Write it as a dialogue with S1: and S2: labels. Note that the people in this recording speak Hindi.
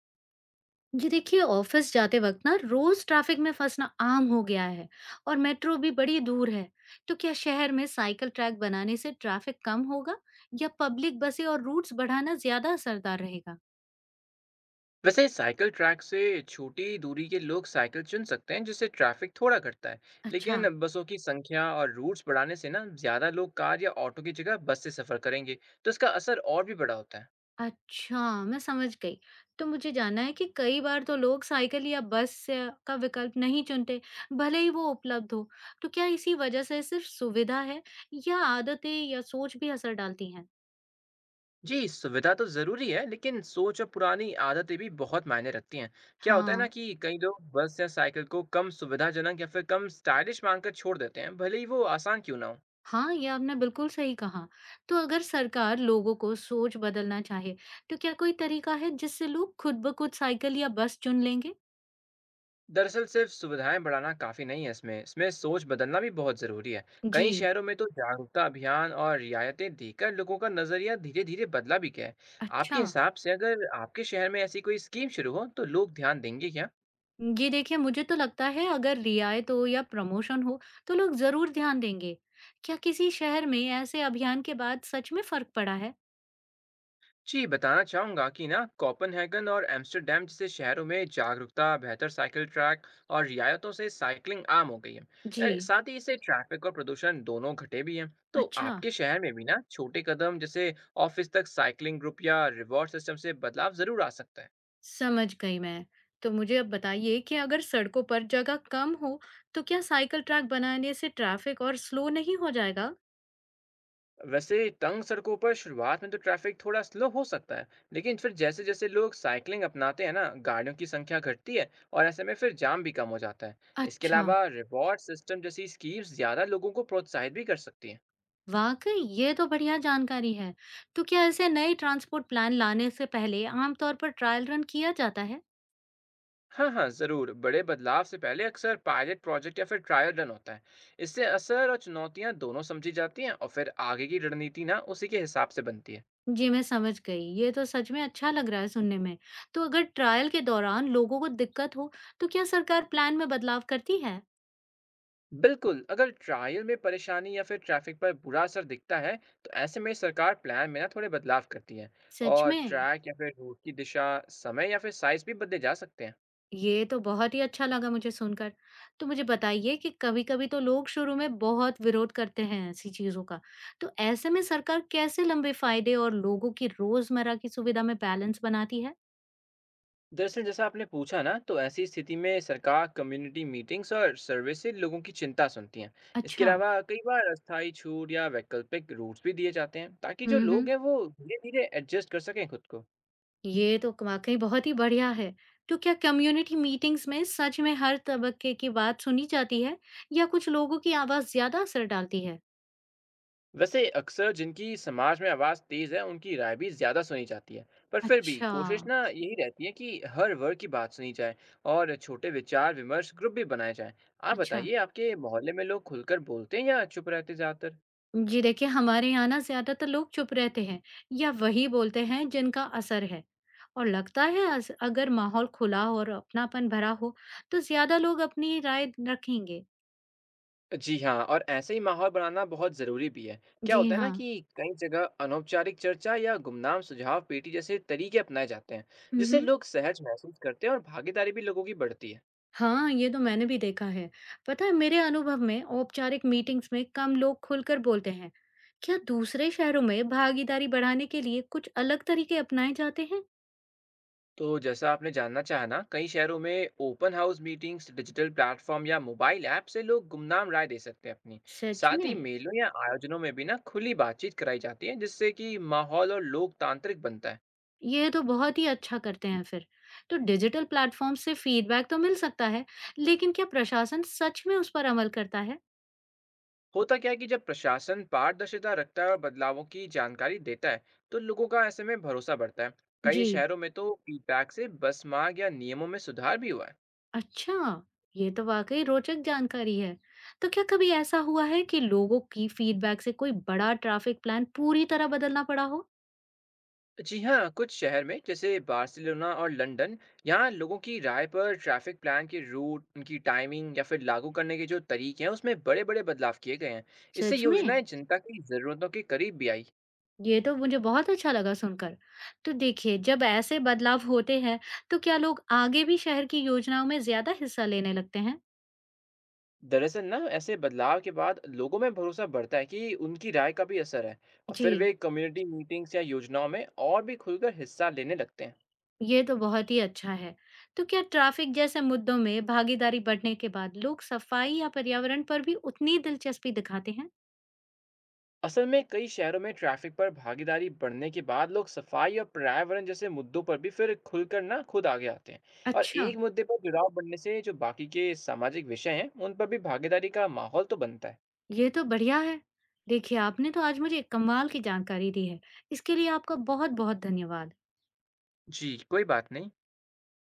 S1: जी देखिए, ऑफिस जाते वक्त ना रोज ट्रैफिक में फंसना आम हो गया है। और मेट्रो भी बड़ी दूर है। तो क्या शहर में साइकिल ट्रैक बनाने से ट्रैफिक कम होगा, या पब्लिक बसें और रूट्स बढ़ाना ज्यादा असरदार रहेगा?
S2: वैसे साइकिल ट्रैक से छोटी दूरी के लोग साइकिल चुन सकते हैं, जिससे ट्रैफिक थोड़ा घटता है।
S1: अच्छा।
S2: लेकिन बसों की संख्या और रूट्स बढ़ाने से ना ज़्यादा लोग कार या ऑटो की जगह बस से सफ़र करेंगे, तो इसका असर और भी बड़ा होता है।
S1: अच्छा, मैं समझ गई। तो मुझे जानना है कि कई बार तो लोग साइकिल या बस से का विकल्प नहीं चुनते, भले ही वो उपलब्ध हो। तो क्या इसी वजह से सिर्फ सुविधा है, या आदतें या सोच भी असर डालती हैं?
S2: जी, सुविधा तो ज़रूरी है, लेकिन सोच और पुरानी आदतें भी बहुत मायने रखती हैं। क्या होता है ना
S1: हाँ।
S2: कि कई लोग बस या साइकिल को कम सुविधाजनक या फिर कम स्टाइलिश मानकर छोड़ देते हैं, भले ही वो आसान क्यों ना हो।
S1: हाँ, ये आपने बिल्कुल सही कहा। तो अगर सरकार लोगों को सोच बदलना चाहे, तो क्या कोई तरीका है जिससे लोग खुद-ब-खुद साइकिल या बस चुन लेंगे?
S2: दरअसल सिर्फ सुविधाएं बढ़ाना काफी नहीं है, इसमें इसमें सोच बदलना भी बहुत जरूरी है।
S1: जी।
S2: कई शहरों में तो जागरूकता अभियान और रियायतें देकर लोगों का नजरिया धीरे धीरे बदला भी गया है। आपके
S1: अच्छा।
S2: हिसाब से अगर आपके शहर में ऐसी कोई स्कीम शुरू हो तो लोग ध्यान देंगे क्या?
S1: ये देखिए, मुझे तो लगता है अगर रियायत हो या प्रमोशन हो, तो लोग ज़रूर ध्यान देंगे। क्या किसी शहर में ऐसे अभियान के बाद सच में फ़र्क पड़ा है?
S2: जी, बताना चाहूँगा कि ना कोपेनहेगन और एम्स्टर्डम जैसे शहरों में जागरूकता, बेहतर साइकिल ट्रैक और रियायतों से साइकिलिंग आम हो गई है।
S1: जी।
S2: साथ ही इससे ट्रैफिक और प्रदूषण दोनों घटे भी हैं। तो
S1: अच्छा,
S2: आपके शहर में भी ना छोटे कदम जैसे ऑफिस तक साइकिलिंग ग्रुप या रिवॉर्ड सिस्टम से बदलाव जरूर आ सकता है।
S1: समझ गई मैं। तो मुझे अब बताइए कि अगर सड़कों पर जगह कम हो, तो क्या साइकिल ट्रैक बनाने से ट्रैफिक और स्लो नहीं हो जाएगा?
S2: वैसे तंग सड़कों पर शुरुआत में तो ट्रैफिक थोड़ा स्लो हो सकता है, लेकिन फिर जैसे जैसे लोग साइकिलिंग अपनाते हैं ना गाड़ियों की संख्या घटती है, और ऐसे में फिर जाम भी कम हो जाता है। इसके
S1: अच्छा।
S2: अलावा रिवॉर्ड सिस्टम जैसी स्कीम्स ज़्यादा लोगों को प्रोत्साहित भी कर सकती हैं।
S1: वाक़ई ये तो बढ़िया जानकारी है। तो क्या ऐसे नए ट्रांसपोर्ट प्लान लाने से पहले आम तौर पर ट्रायल रन किया जाता है?
S2: हाँ हाँ, ज़रूर बड़े बदलाव से पहले अक्सर पायलट प्रोजेक्ट या फिर ट्रायल रन होता है। इससे असर और चुनौतियाँ दोनों समझी जाती हैं और फिर आगे की रणनीति ना उसी के हिसाब से बनती है।
S1: जी, मैं समझ गई। ये तो सच में अच्छा लग रहा है सुनने में। तो अगर ट्रायल के दौरान लोगों को दिक्कत हो, तो क्या सरकार प्लान में बदलाव करती है?
S2: बिल्कुल, अगर ट्रायल में परेशानी या फिर ट्रैफिक पर बुरा असर दिखता है, तो ऐसे में सरकार प्लान में ना थोड़े बदलाव करती है।
S1: सच
S2: और
S1: में?
S2: ट्रैक या फिर रूट की दिशा, समय या फिर साइज भी बदले जा सकते हैं।
S1: ये तो बहुत ही अच्छा लगा मुझे सुनकर। तो मुझे बताइए कि कभी-कभी तो लोग शुरू में बहुत विरोध करते हैं ऐसी चीज़ों का। तो ऐसे में सरकार कैसे लंबे फ़ायदे और लोगों की रोज़मर्रा की सुविधा में बैलेंस बनाती है?
S2: दरअसल जैसा आपने पूछा ना, तो ऐसी स्थिति में सरकार कम्युनिटी मीटिंग्स और सर्वे से लोगों की चिंता सुनती हैं। इसके
S1: अच्छा।
S2: अलावा कई बार अस्थायी छूट या वैकल्पिक रूट्स भी दिए जाते हैं, ताकि जो
S1: हुँ,
S2: लोग
S1: हुँ।
S2: हैं वो धीरे-धीरे एडजस्ट कर सकें खुद को।
S1: ये तो क वाक़ई बहुत ही बढ़िया है। तो क्या कम्युनिटी मीटिंग्स में सच में हर तबके की बात सुनी जाती है, या कुछ लोगों की आवाज़ ज़्यादा असर डालती है?
S2: वैसे अक्सर जिनकी समाज में आवाज़ तेज़ है उनकी राय भी ज़्यादा सुनी जाती है। पर फिर भी
S1: अच्छा।
S2: कोशिश ना यही रहती है कि हर वर्ग की बात सुनी जाए और छोटे विचार विमर्श ग्रुप भी बनाए जाएं। आप
S1: अच्छा।
S2: बताइए, आपके मोहल्ले में लोग खुलकर बोलते हैं या चुप रहते ज़्यादातर?
S1: जी देखिए, हमारे यहाँ ना ज़्यादातर लोग चुप रहते हैं, या वही बोलते हैं जिनका असर है। और लगता है अस अगर माहौल खुला हो और अपनापन भरा हो, तो ज़्यादा लोग अपनी राय रखेंगे।
S2: जी हाँ, और ऐसे ही माहौल बनाना बहुत ज़रूरी भी है। क्या
S1: जी
S2: होता है ना
S1: हाँ।
S2: कि कई जगह अनौपचारिक चर्चा या गुमनाम सुझाव पेटी जैसे तरीके अपनाए जाते हैं,
S1: हुँ,
S2: जिससे
S1: हुँ।
S2: लोग सहज महसूस करते हैं और भागीदारी भी लोगों की बढ़ती है।
S1: हाँ, ये तो मैंने भी देखा है। पता है, मेरे अनुभव में औपचारिक मीटिंग्स में कम लोग खुलकर बोलते हैं। क्या दूसरे शहरों में भागीदारी बढ़ाने के लिए कुछ अलग तरीके अपनाए जाते हैं?
S2: तो जैसा आपने जानना चाहा ना, कई शहरों में open house meetings, digital platform या मोबाइल ऐप से लोग गुमनाम राय दे सकते हैं अपनी।
S1: सच
S2: साथ ही
S1: में?
S2: मेलों या आयोजनों में भी ना खुली बातचीत कराई जाती है, जिससे कि माहौल और लोकतांत्रिक बनता है।
S1: ये तो बहुत ही अच्छा करते हैं फिर। तो डिजिटल प्लेटफॉर्म से फीडबैक तो मिल सकता है, लेकिन क्या प्रशासन सच में उस पर अमल करता है?
S2: होता क्या है कि जब प्रशासन पारदर्शिता रखता है और बदलावों की जानकारी देता है, तो लोगों का ऐसे में भरोसा बढ़ता है। कई
S1: जी।
S2: शहरों में तो फीडबैक से बस मार्ग या नियमों में सुधार भी हुआ है।
S1: अच्छा। ये तो वाकई रोचक जानकारी है। तो क्या कभी ऐसा हुआ है कि लोगों की फीडबैक से कोई बड़ा ट्रैफिक प्लान पूरी तरह बदलना पड़ा हो?
S2: जी हाँ, कुछ शहर में जैसे बार्सिलोना और लंदन, यहाँ लोगों की राय पर ट्रैफिक प्लान के रूट, उनकी टाइमिंग या फिर लागू करने के जो तरीके हैं, उसमें बड़े-बड़े बदलाव किए गए हैं। इससे
S1: सच
S2: योजनाएं
S1: में?
S2: जनता की ज़रूरतों के करीब भी आई।
S1: ये तो मुझे बहुत अच्छा लगा सुनकर। तो देखिए, जब ऐसे बदलाव होते हैं, तो क्या लोग आगे भी शहर की योजनाओं में ज़्यादा हिस्सा लेने लगते हैं?
S2: दरअसल ना, ऐसे बदलाव के बाद लोगों में भरोसा बढ़ता है कि उनकी राय का भी असर है, और फिर वे
S1: जी,
S2: कम्युनिटी मीटिंग्स या योजनाओं में और भी खुलकर हिस्सा लेने लगते हैं।
S1: ये तो बहुत ही अच्छा है। तो क्या ट्रैफिक जैसे मुद्दों में भागीदारी बढ़ने के बाद लोग सफाई या पर्यावरण पर भी उतनी दिलचस्पी दिखाते हैं?
S2: असल में कई शहरों में ट्रैफिक पर भागीदारी बढ़ने के बाद लोग सफाई और पर्यावरण जैसे मुद्दों पर भी फिर खुलकर ना खुद आगे आते हैं। और
S1: अच्छा।
S2: एक मुद्दे पर जुड़ाव बढ़ने से जो बाकी के सामाजिक विषय हैं उन पर भी भागीदारी का माहौल तो बनता है।
S1: ये तो बढ़िया है। देखिए, आपने तो आज मुझे कमाल की जानकारी दी है। इसके लिए आपका बहुत-बहुत धन्यवाद।
S2: जी, कोई बात नहीं।